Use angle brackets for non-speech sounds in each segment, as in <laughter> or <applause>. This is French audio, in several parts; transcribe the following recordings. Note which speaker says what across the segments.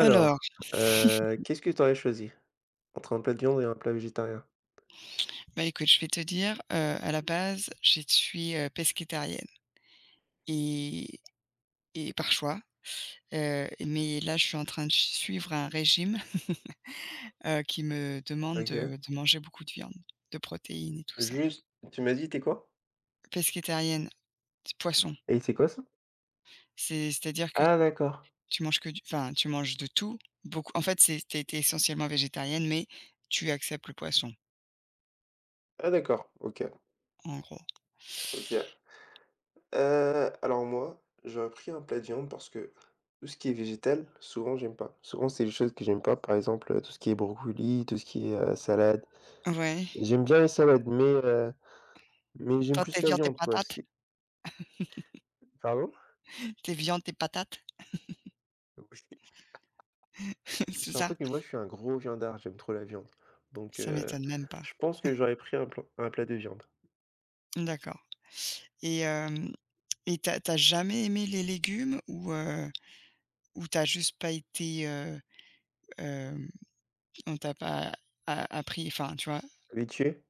Speaker 1: Alors,
Speaker 2: qu'est-ce que tu aurais choisi? Entre un plat de viande et un plat végétarien?
Speaker 1: bah, écoute, je vais te dire, à la base, je suis, pescétarienne et par choix, mais là, je suis en train de suivre un régime, <laughs> qui me demande
Speaker 2: OK.
Speaker 1: de manger beaucoup de viande, de protéines et tout ça.
Speaker 2: Juste tu m'as dit, t'es quoi?
Speaker 1: Pescétarienne, c'est poisson.
Speaker 2: Et c'est quoi ça?
Speaker 1: C'est-à-dire que
Speaker 2: Ah d'accord.
Speaker 1: tu manges que du enfin, tu manges de tout, beaucoup en fait, c'est tu es essentiellement végétarienne, mais tu acceptes le poisson,
Speaker 2: Ah d'accord, OK,
Speaker 1: en gros.
Speaker 2: OK. Alors moi, j'aurais pris un plat de viande parce que tout ce qui est végétal, souvent j'aime pas. Souvent c'est des choses que j'aime pas, par exemple, tout ce qui est brocoli, tout ce qui est, salade.
Speaker 1: Ouais.
Speaker 2: J'aime bien les salades, mais j'aime
Speaker 1: Toi, t'es
Speaker 2: plus la
Speaker 1: viande et
Speaker 2: viande quoi,
Speaker 1: patates?
Speaker 2: c'est pardon?
Speaker 1: T'es viande et patates,
Speaker 2: <laughs>
Speaker 1: <laughs> c'est ça?
Speaker 2: Surtout que moi, je suis un gros viandard, j'aime trop la viande. Donc
Speaker 1: Ça
Speaker 2: Mmh.
Speaker 1: m'étonne même pas.
Speaker 2: je pense que j'aurais pris un plat de viande.
Speaker 1: D'accord, et hem et t'as jamais aimé les légumes ou t'as juste pas été, hem, on t'a pas a appris, enfin, tu vois?
Speaker 2: Habitué?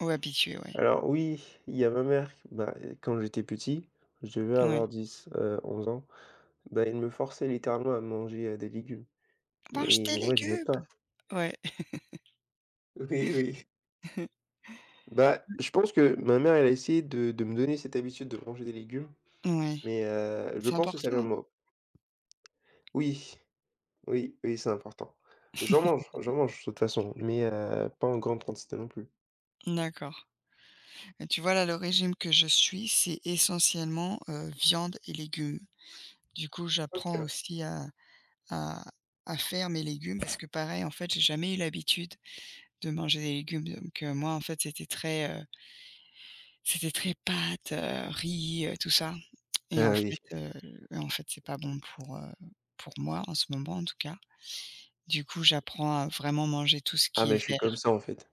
Speaker 1: Ou habitué, ouais.
Speaker 2: Alors oui, il y a ma mère, bah, quand j'étais petit, je devais
Speaker 1: Ouais.
Speaker 2: avoir 11 ans, bah, elle me forçait littéralement à manger, des légumes.
Speaker 1: «Mange
Speaker 2: Mais
Speaker 1: tes
Speaker 2: mais moi, j'aimais pas.
Speaker 1: légumes!» Ouais.
Speaker 2: <laughs> Oui, oui.
Speaker 1: <laughs>
Speaker 2: Bah, je pense que ma mère, elle a essayé de me donner cette habitude de manger des légumes,
Speaker 1: Ouais.
Speaker 2: mais je
Speaker 1: C'est
Speaker 2: pense que ça
Speaker 1: important,
Speaker 2: vient de
Speaker 1: hein.
Speaker 2: moi. Oui, oui, oui, c'est important. J'en mange de toute façon, mais pas en grande quantité non plus.
Speaker 1: D'accord. Et tu vois, là, le régime que je suis, c'est essentiellement, viande et légumes. Du coup, j'apprends
Speaker 2: OK.
Speaker 1: aussi à à faire mes légumes parce que pareil, en fait, j'ai jamais eu l'habitude de manger des légumes, donc moi, en fait, c'était c'était très pâtes, riz, tout ça et
Speaker 2: Ah oui.
Speaker 1: en fait, c'est pas bon pour moi en ce moment, en tout cas. Du coup, j'apprends à vraiment manger tout ce
Speaker 2: Ah
Speaker 1: qui
Speaker 2: mais
Speaker 1: est
Speaker 2: je suis comme
Speaker 1: vert.
Speaker 2: ça, en fait.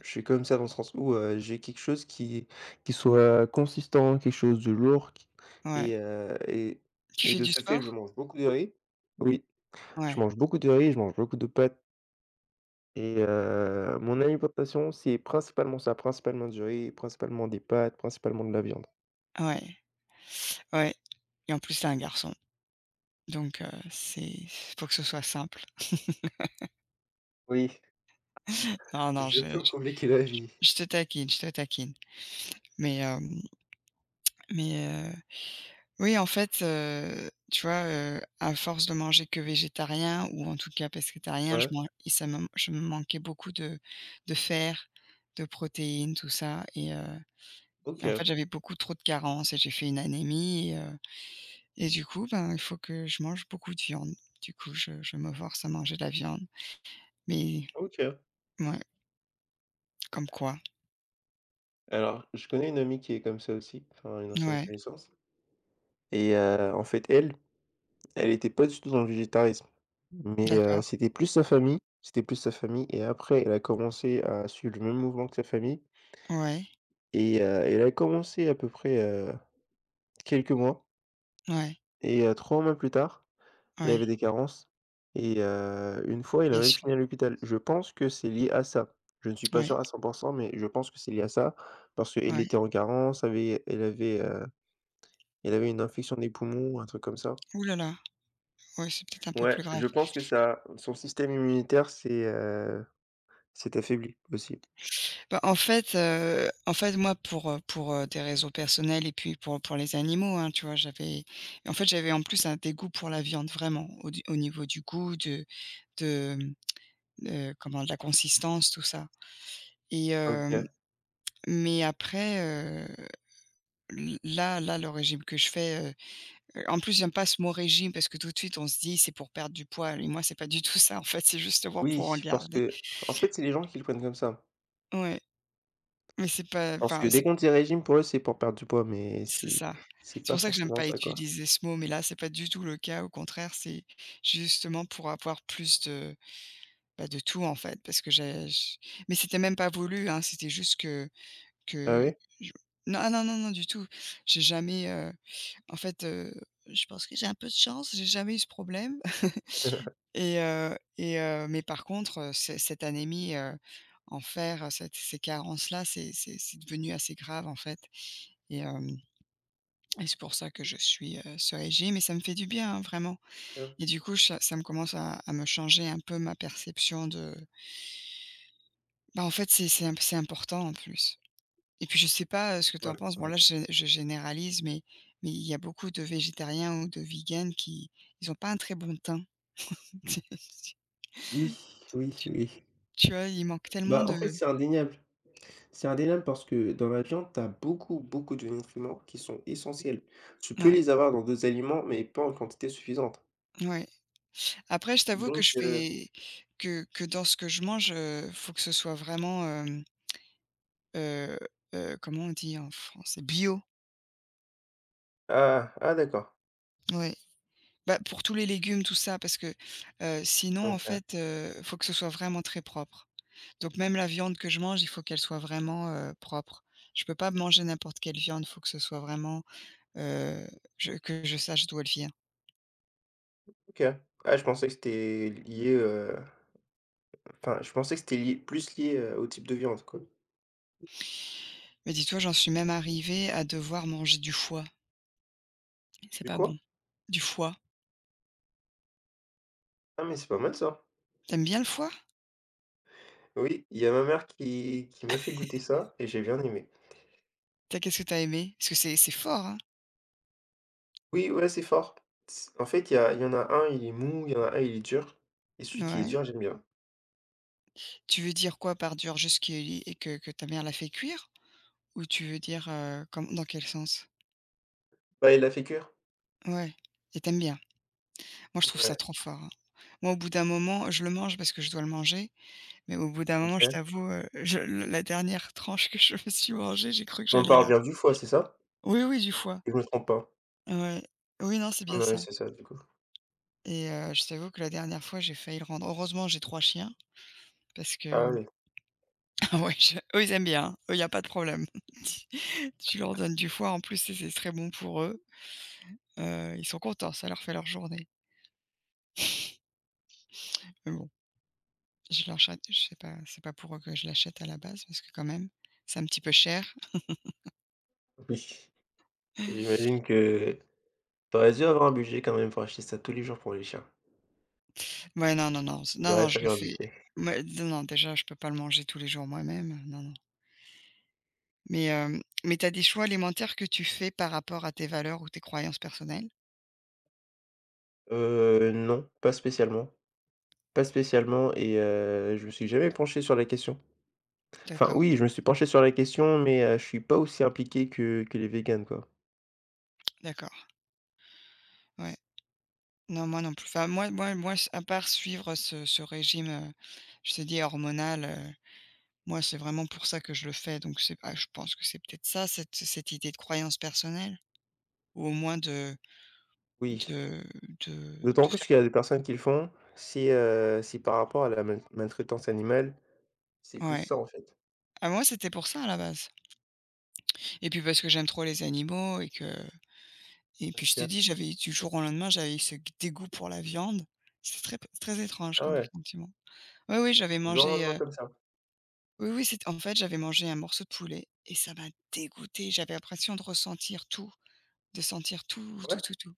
Speaker 2: Je suis comme ça dans le sens où, j'ai quelque chose qui soit consistant, quelque chose de lourd qui
Speaker 1: Ouais.
Speaker 2: et heu et
Speaker 1: Tu
Speaker 2: et
Speaker 1: fais
Speaker 2: de
Speaker 1: du
Speaker 2: ce fait, je
Speaker 1: sport?
Speaker 2: mange beaucoup de riz. Oui, je
Speaker 1: Ouais,
Speaker 2: mange beaucoup de riz, je mange beaucoup de pâtes. Et mon alimentation, c'est principalement ça, principalement du riz, principalement des pâtes, principalement de la viande.
Speaker 1: ouais, ouais, et en plus, c'est un garçon, donc c'est faut que ce soit simple.
Speaker 2: Oui,
Speaker 1: Non, non,
Speaker 2: je peux me compliquer la vie.
Speaker 1: je te taquine, je te taquine, mais hem, mais oui, en fait, tu vois, à force de manger que végétarien ou en tout cas pescétarien, je
Speaker 2: Ouais,
Speaker 1: man et ça me je me manquais beaucoup de fer, de protéines, tout ça et en fait,
Speaker 2: OK,
Speaker 1: j'avais beaucoup trop de carences et j'ai fait une anémie et du coup, ben, il faut que je mange beaucoup de viande. Du coup, je me force à manger de la viande, mais
Speaker 2: OK.
Speaker 1: ouais, comme quoi.
Speaker 2: Alors, je connais une amie qui est comme ça aussi, enfin une ancienne
Speaker 1: Ouais,
Speaker 2: connaissance et en fait, elle, elle était pas du tout dans le végétarisme, mais
Speaker 1: d'accord.
Speaker 2: c'était plus sa famille et après elle a commencé à suivre le même mouvement que sa famille
Speaker 1: Ouais,
Speaker 2: et elle a commencé à peu près, quelques mois
Speaker 1: ouais,
Speaker 2: et 3 mois plus tard. Il
Speaker 1: ouais,
Speaker 2: avait des carences et, une fois, il a
Speaker 1: bien
Speaker 2: même
Speaker 1: sûr.
Speaker 2: fini à l'hôpital. Je pense que c'est lié à ça. Je ne suis pas
Speaker 1: Ouais,
Speaker 2: sûr à 100, mais je pense que c'est lié à ça parce qu'il
Speaker 1: ouais.
Speaker 2: était en carence, avait il avait, il avait une infection des poumons, un truc comme ça.
Speaker 1: Ouh là là, ouais, c'est peut-être un peu
Speaker 2: Ouais,
Speaker 1: plus grave.
Speaker 2: je pense que ça son système immunitaire s'est, s'est affaibli aussi.
Speaker 1: Bah, en fait, moi, pour, des raisons personnelles et puis pour les animaux, hein, tu vois? J'avais en fait, j'avais en plus un dégoût pour la viande vraiment au du au niveau du goût, de, mmh, comment? De la consistance, tout ça et hem,
Speaker 2: OK.
Speaker 1: mais après, l là là, le régime que je fais, en plus, j'aime pas ce mot régime parce que tout de suite, on se dit: «C'est pour perdre du poids» et moi, c'est pas du tout ça, en fait, c'est justement pour
Speaker 2: Oui,
Speaker 1: en
Speaker 2: parce
Speaker 1: garder.
Speaker 2: que en fait, c'est les gens qui le prennent comme ça.
Speaker 1: Ouais, mais c'est pas
Speaker 2: Parce
Speaker 1: enfin,
Speaker 2: que dès
Speaker 1: c'est
Speaker 2: qu'on dit régime, pour eux, c'est pour perdre du poids, mais
Speaker 1: C'est ça.
Speaker 2: c'est
Speaker 1: C'est
Speaker 2: pas
Speaker 1: pour ça que j'aime
Speaker 2: forcément
Speaker 1: pas
Speaker 2: ça, quoi.
Speaker 1: utiliser ce mot, mais là, c'est pas du tout le cas. Au contraire, c'est justement pour avoir plus de, bah, de tout, en fait, parce que j'ai j mais c'était même pas voulu, hein, c'était juste que
Speaker 2: Ah
Speaker 1: que
Speaker 2: oui?
Speaker 1: je non, ah non, non, non, du tout. J'ai jamais, en fait, heu, je pense que j'ai un peu de chance, j'ai jamais eu ce problème <laughs>
Speaker 2: <laughs>
Speaker 1: mais par contre, ce cette anémie, en fer, cette ces carences-là, c'est devenu assez grave, en fait, et hem et c'est pour ça que je suis, ce régime et ça me fait du bien, hein, vraiment, et du coup, cha ça me commence à me changer un peu ma perception de bah, en fait, c'est imp c'est important, en plus, et puis je sais pas, ce que tu
Speaker 2: Ouais,
Speaker 1: en penses. Bon,
Speaker 2: ouais.
Speaker 1: là, je généralise, mais il y a beaucoup de végétariens ou de vegans qui ils ont pas un très bon teint. <laughs>
Speaker 2: Oui, oui,
Speaker 1: Tu
Speaker 2: oui.
Speaker 1: tu vois? Il manque tellement
Speaker 2: Bah,
Speaker 1: de
Speaker 2: en fait, c'est indéniable. C'est indéniable parce que dans la viande, tu as beaucoup, beaucoup de nutriments qui sont essentiels. Tu peux
Speaker 1: ouais,
Speaker 2: les avoir dans d'autres aliments, mais pas en quantité suffisante.
Speaker 1: ouais. Après, je t'avoue que
Speaker 2: Donc,
Speaker 1: je
Speaker 2: heu
Speaker 1: fais que dans ce que je mange, faut que ce soit vraiment, heu comment on dit en français? Bio.
Speaker 2: ah, ah d'accord.
Speaker 1: Ouais. Bah, pour tous les légumes, tout ça, parce que, sinon en
Speaker 2: Donc, heu,
Speaker 1: fait, faut que ce soit vraiment très propre. Donc même la viande que je mange, il faut qu'elle soit vraiment, propre. Je peux pas manger n'importe quelle viande, faut que ce soit vraiment, heu, je que je sache d'où elle vient.
Speaker 2: OK. Ah, je pensais que c'était lié, enfin, je pensais que c'était lié plus lié, au type de viande, quoi.
Speaker 1: Mais dis-toi, j'en suis même arrivée à devoir manger du foie. C'est
Speaker 2: Du
Speaker 1: pas bon.
Speaker 2: quoi?
Speaker 1: Du foie.
Speaker 2: Ah, mais c'est pas mal ça.
Speaker 1: T'aimes bien le foie?
Speaker 2: Oui, il y a ma mère qui m'a fait goûter ça et j'ai bien aimé.
Speaker 1: T'as qu'est-ce que t'as aimé? Parce que c'est fort, hein?
Speaker 2: Oui, ouais, c'est fort. Il y a il y en a un, il est dur et celui qui est
Speaker 1: Ouais.
Speaker 2: dur, j'aime bien.
Speaker 1: Tu veux dire quoi par dur? Juste qu'il y- et que ta mère l'a fait cuire? Ou tu veux dire, comme dans quel sens?
Speaker 2: Bah, il l'a fait cuire.
Speaker 1: Ouais, et t'aimes bien? Moi, je trouve ça
Speaker 2: Ouais.
Speaker 1: trop fort, hein. Moi, au bout d'un moment, je le mange parce que je dois le manger, mais au bout d'un moment, je
Speaker 2: OK.
Speaker 1: t'avoue, je le la dernière <laughs> tranche que je me suis mangée, j'ai cru que
Speaker 2: On
Speaker 1: j'allais
Speaker 2: parle
Speaker 1: la
Speaker 2: bien du foie, c'est ça?
Speaker 1: oui, oui, du foie.
Speaker 2: Je me trompe pas?
Speaker 1: Ouais. Oui, non, c'est bien
Speaker 2: Ouais,
Speaker 1: ça,
Speaker 2: c'est ça, du coup.
Speaker 1: je t'avoue que la dernière fois, j'ai failli le rendre. Heureusement, j'ai 3 chiens parce que,
Speaker 2: Ah oui.
Speaker 1: <laughs> ah ouais, je eux, ils aiment bien, hein. Eux, il y a pas de problème. <laughs> Tu leur donnes du foie, en plus, c'est très bon pour eux. Ils sont contents, ça leur fait leur journée. Mais bon, je leur achète je sais pas, c'est pas pour eux que je l'achète à la base parce que quand même, c'est un petit peu cher.
Speaker 2: Oui. J'imagine que tu aurais dû avoir un budget quand même pour acheter ça tous les jours pour les chiens.
Speaker 1: Ouais, non, non, non, c
Speaker 2: Il
Speaker 1: non, non,
Speaker 2: aurait
Speaker 1: je le
Speaker 2: fallu un
Speaker 1: fais,
Speaker 2: budget.
Speaker 1: mais non, non, déjà, je peux pas le manger tous les jours moi-même, non, non. Mais, mais tu as des choix alimentaires que tu fais par rapport à tes valeurs ou tes croyances personnelles?
Speaker 2: Non, pas spécialement. Pas spécialement et je me suis jamais penché sur la question. Enfin
Speaker 1: D'accord,
Speaker 2: oui, je me suis penché sur la question, mais je suis pas aussi impliqué que les véganes, quoi.
Speaker 1: d'accord, ouais. Non, moi non plus. Enfin, moi, s à part suivre ce régime, je te dis hormonal, moi, c'est vraiment pour ça que je le fais, donc c'est ah, je pense que c'est peut-être ça, cette idée de croyance personnelle ou au moins
Speaker 2: Oui,
Speaker 1: de de
Speaker 2: d'autant
Speaker 1: de faire
Speaker 2: plus qu'il y a des personnes qui le font, si, si par rapport à la maltraitance animale, c'est plus
Speaker 1: ouais.
Speaker 2: ça, en fait.
Speaker 1: À moi, c'était pour ça à la base. Et puis parce que j'aime trop les animaux et que et puis je te dis,
Speaker 2: OK.
Speaker 1: j'avais du jour au lendemain, j'avais ce g dégoût pour la viande. C'est très p très étrange
Speaker 2: Ah
Speaker 1: comme
Speaker 2: ouais,
Speaker 1: sentiment. Oui, oui, j'avais
Speaker 2: du jour au
Speaker 1: mangé,
Speaker 2: lendemain comme ça?
Speaker 1: oui, oui, c'est en fait, j'avais mangé un morceau de poulet et ça m'a dégoûté. J'avais l'impression de ressentir tout, de sentir tout, tout,
Speaker 2: Ouais?
Speaker 1: tout, tout,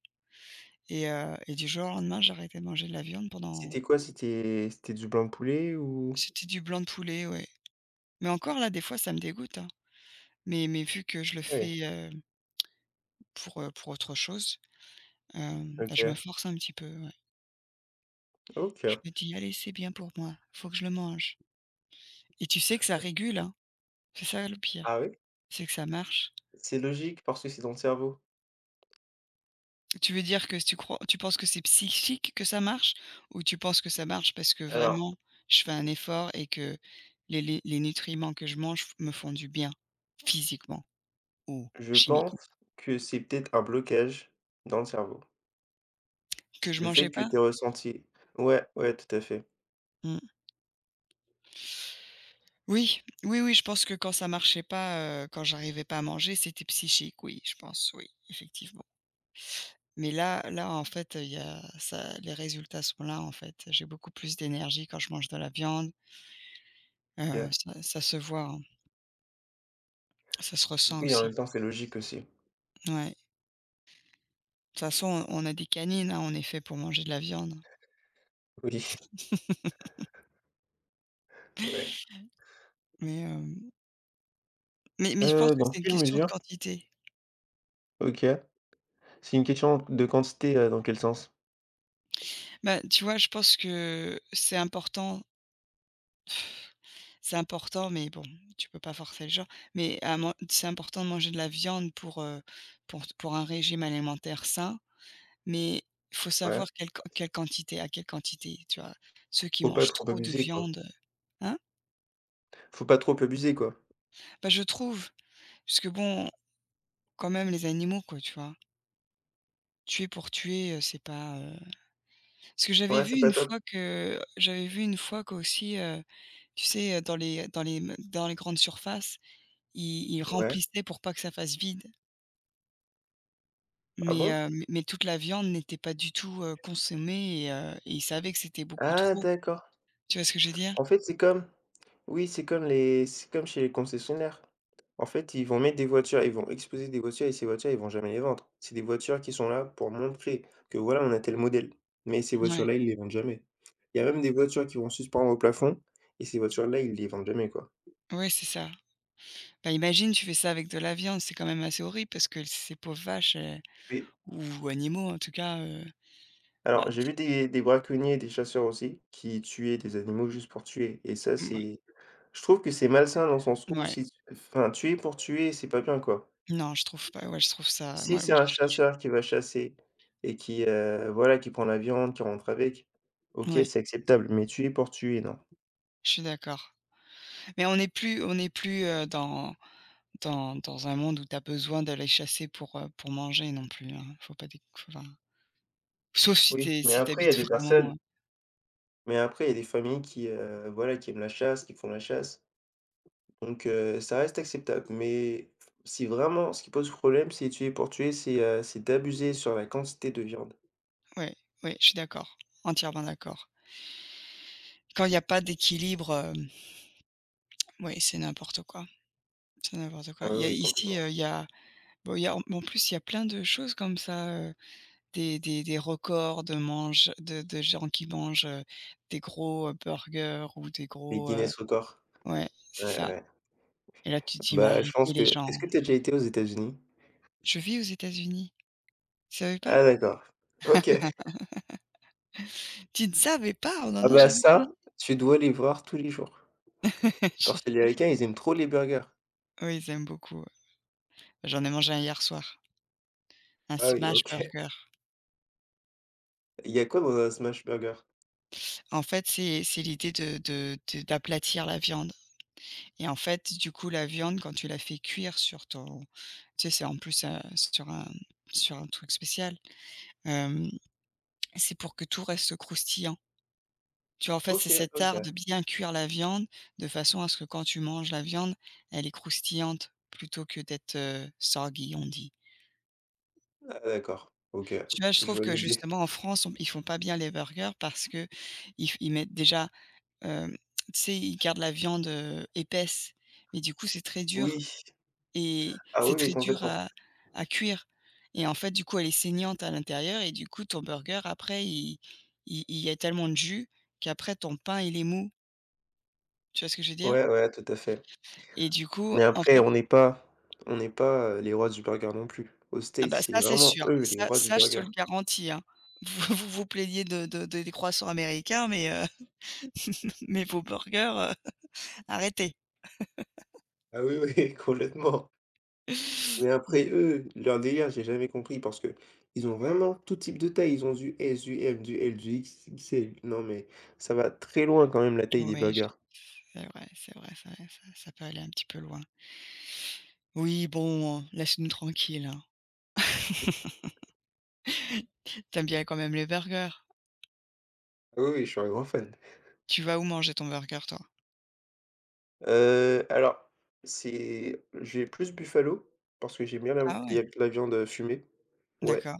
Speaker 1: et du jour au lendemain, j'ai arrêté de manger de la viande pendant
Speaker 2: C'était quoi? C'était du blanc de poulet ou?
Speaker 1: c'était du blanc de poulet, ouais. Mais encore là, des fois, ça me dégoûte, hein. Mais vu que je le
Speaker 2: Oui.
Speaker 1: fais, pour autre chose, bah, je me
Speaker 2: OK,
Speaker 1: force un petit peu, ouais.
Speaker 2: OK.
Speaker 1: Je me dis: «Allez, c'est bien pour moi, faut que je le mange», et tu sais que ça régule, hein. C'est ça le pire,
Speaker 2: Ah oui?
Speaker 1: c'est que ça marche.
Speaker 2: C'est logique parce que c'est dans le cerveau.
Speaker 1: Tu veux dire que tu crois tu penses que c'est psychique que ça marche? Ou tu penses que ça marche parce que
Speaker 2: Alors,
Speaker 1: vraiment je fais un effort et que les nutriments que je mange f me font du bien, physiquement ou
Speaker 2: je
Speaker 1: chimiquement?
Speaker 2: pense que c'est peut-être un blocage dans le cerveau.
Speaker 1: Que je
Speaker 2: Le
Speaker 1: mangeais
Speaker 2: fait que
Speaker 1: pas?
Speaker 2: tu aies ressenti ouais, ouais, tout à fait.
Speaker 1: Mmh. Oui, oui, oui, je pense que quand ça marchait pas, quand j'arrivais pas à manger, c'était psychique, oui, je pense, oui, effectivement. Mais là là, en fait, il y a ça les résultats sont là, en fait. J'ai beaucoup plus d'énergie quand je mange de la viande,
Speaker 2: OK.
Speaker 1: ça se voit, hein, ça se ressent
Speaker 2: Oui, en
Speaker 1: aussi.
Speaker 2: même temps, c'est logique aussi.
Speaker 1: Ouais. De toute façon, on a des canines, hein, on est fait pour manger de la viande,
Speaker 2: Oui, <laughs> ouais.
Speaker 1: mais hem, mais je pense que
Speaker 2: Dans
Speaker 1: c'est une
Speaker 2: quelle
Speaker 1: question de
Speaker 2: mesure?
Speaker 1: quantité.
Speaker 2: OK. C'est une question de quantité, dans quel sens?
Speaker 1: Bah, tu vois, je pense que c'est important, mais bon, tu peux pas forcer les gens, mais à man c'est important de manger de la viande pour un régime alimentaire sain. Mais il faut
Speaker 2: Ouais,
Speaker 1: savoir quelle quan quelle quantité, à quelle quantité, tu vois? Ceux qui
Speaker 2: faut pas
Speaker 1: mangent
Speaker 2: trop
Speaker 1: trop de
Speaker 2: abuser, quoi.
Speaker 1: viande, hein?
Speaker 2: Faut pas trop abuser, quoi.
Speaker 1: Bah, je trouve, parce que bon, quand même les animaux quoi, tu vois? Tuer pour tuer, c'est pas, parce que j'avais
Speaker 2: Ouais,
Speaker 1: vu
Speaker 2: c'est pas
Speaker 1: une
Speaker 2: top.
Speaker 1: fois que j'avais vu une fois qu'aussi, tu sais, dans les dans les grandes surfaces, ils
Speaker 2: Ouais.
Speaker 1: remplissaient pour pas que ça fasse vide.
Speaker 2: Ah bon?
Speaker 1: Mais toute la viande n'était pas du tout, consommée, et ils savaient que c'était beaucoup
Speaker 2: Ah
Speaker 1: trop.
Speaker 2: d'accord.
Speaker 1: Tu vois ce que je veux dire?
Speaker 2: En fait, c'est comme oui, c'est comme les c'est comme chez les concessionnaires. En fait, ils vont mettre des voitures, ils vont exposer des voitures et ces voitures, ils vont jamais les vendre. C'est des voitures qui sont là pour montrer que voilà, on a tel modèle. Mais ces
Speaker 1: Ouais,
Speaker 2: voitures-là, ils les vendent jamais. Il y a même des voitures qui vont suspendre au plafond et ces voitures-là, ils les vendent jamais, quoi.
Speaker 1: ouais, c'est ça. Bah, imagine, tu fais ça avec de la viande, c'est quand même assez horrible parce que ces pauvres vaches, elles
Speaker 2: Oui.
Speaker 1: ou animaux en tout cas, bah,
Speaker 2: Alors, j'ai vu des braconniers et des chasseurs aussi qui tuaient des animaux juste pour tuer. Et ça,
Speaker 1: mmh, ouais,
Speaker 2: c'est. Je trouve que c'est malsain dans le sens où
Speaker 1: ouais.
Speaker 2: si enfin, tuer pour tuer, c'est pas bien, quoi.
Speaker 1: Non, je trouve pas, ouais, je trouve ça
Speaker 2: Si
Speaker 1: moi
Speaker 2: c'est
Speaker 1: moi
Speaker 2: un chasseur qui va chasser et qui, voilà, qui prend la viande, qui rentre avec,
Speaker 1: je-
Speaker 2: OK, Mmh.
Speaker 1: ouais,
Speaker 2: c'est acceptable, mais tuer pour tuer, non.
Speaker 1: je suis d'accord. Mais on n'est plus, dans dans un monde où tu as besoin d'aller chasser pour manger non plus, hein. Faut pas déc enfin, sauf si
Speaker 2: Oui,
Speaker 1: tu
Speaker 2: mais
Speaker 1: si
Speaker 2: après il y a
Speaker 1: t'habites
Speaker 2: des
Speaker 1: vraiment,
Speaker 2: personnes mais après il y a des familles qui, voilà, qui aiment la chasse, qui font la chasse, donc ça reste acceptable, mais si vraiment ce qui pose problème, c'est tuer pour tuer, c'est d'abuser sur la quantité de viande.
Speaker 1: ouais, ouais, je suis d'accord, entièrement d'accord. Quand il y a pas d'équilibre, ouais, c'est n'importe
Speaker 2: Ah
Speaker 1: quoi. Il
Speaker 2: oui,
Speaker 1: y a
Speaker 2: oui,
Speaker 1: ici,
Speaker 2: complètement.
Speaker 1: il y a bon, il y a en plus, il y a plein de choses comme ça, heu, des records de mange de gens qui mangent, des gros, burgers ou des
Speaker 2: Les
Speaker 1: gros,
Speaker 2: Guinness records.
Speaker 1: ouais, c'est
Speaker 2: Ouais,
Speaker 1: ça,
Speaker 2: ouais.
Speaker 1: et là, tu te dis: «Mais
Speaker 2: Bah, je
Speaker 1: arrêtez
Speaker 2: pense que
Speaker 1: les gens».
Speaker 2: est-ce que tu as déjà été aux États-Unis?
Speaker 1: Je vis aux États-Unis, tu savais pas?
Speaker 2: Ah d'accord. OK.
Speaker 1: Tu ne savais pas? On n'en
Speaker 2: Ah
Speaker 1: a
Speaker 2: bah
Speaker 1: jamais
Speaker 2: ça,
Speaker 1: parlé.
Speaker 2: tu dois les voir tous les jours. Parce que
Speaker 1: <laughs> Je
Speaker 2: les Américains, ils aiment trop les burgers.
Speaker 1: oui, ils aiment beaucoup, ouais. J'en ai mangé un hier soir, un
Speaker 2: Ah oui,
Speaker 1: smash
Speaker 2: OK. <laughs>
Speaker 1: burger.
Speaker 2: Il y a quoi dans un smash burger?
Speaker 1: En fait, c'est l'idée de d'aplatir la viande. Et en fait, du coup, la viande, quand tu la fais cuire sur ton tu sais, c'est en plus, sur un truc spécial, hem, c'est pour que tout reste croustillant. Tu vois, en fait, c'est
Speaker 2: OK,
Speaker 1: cet art de
Speaker 2: OK.
Speaker 1: bien cuire la viande de façon à ce que quand tu manges la viande, elle est croustillante plutôt que d'être, soggy on dit.
Speaker 2: Ah d'accord. OK,
Speaker 1: Tu vois, je
Speaker 2: je
Speaker 1: trouve
Speaker 2: vois
Speaker 1: que
Speaker 2: l'idée.
Speaker 1: justement en France, on ils font pas bien les burgers parce qu'ils f ils mettent déjà, hem, tu sais, ils gardent la viande, épaisse, mais du coup, c'est très dur.
Speaker 2: Oui.
Speaker 1: Et
Speaker 2: Ah
Speaker 1: c'est
Speaker 2: oui, oui,
Speaker 1: très dur
Speaker 2: complètement.
Speaker 1: à cuire, et en fait, du coup, elle est saignante à l'intérieur et du coup, ton burger après il y a tellement de jus qu'après ton pain, il est mou. Tu vois ce que je veux dire?
Speaker 2: Ouais, ouais, tout à fait.
Speaker 1: Et du coup,
Speaker 2: Mais
Speaker 1: en
Speaker 2: après,
Speaker 1: fait
Speaker 2: on n'est pas, les rois du burger non plus. Aux
Speaker 1: ah
Speaker 2: States,
Speaker 1: bah,
Speaker 2: c'est
Speaker 1: ça, c'est
Speaker 2: vraiment
Speaker 1: sûr.
Speaker 2: eux les
Speaker 1: Ça
Speaker 2: rois du
Speaker 1: ça, je te
Speaker 2: burger.
Speaker 1: le garantis, hein. <laughs> Vous vous plaignez de des croissants américains, mais <laughs> mais vos burgers, arrêtez.
Speaker 2: Ah oui, oui, <laughs> complètement. Mais
Speaker 1: Mmh.
Speaker 2: après eux, leur délire, j'ai jamais compris parce que ils ont vraiment tout type de taille. Ils ont du S, du M, du L, du XXL. Non, mais ça va très loin quand même la taille des
Speaker 1: Ouais, je
Speaker 2: burgers.
Speaker 1: c'est vrai, c'est vrai, c'est vrai, ça peut aller un petit peu loin. Oui, bon, laisse-nous tranquilles, hein. T'aimes bien quand même les burgers?
Speaker 2: Ah oui, oui, je suis un grand fan.
Speaker 1: Tu vas où manger ton burger toi?
Speaker 2: Alors, c'est j'ai plus Buffalo parce que j'aime bien la
Speaker 1: Ah ouais,
Speaker 2: la viande fumée. Ouais.
Speaker 1: d'accord.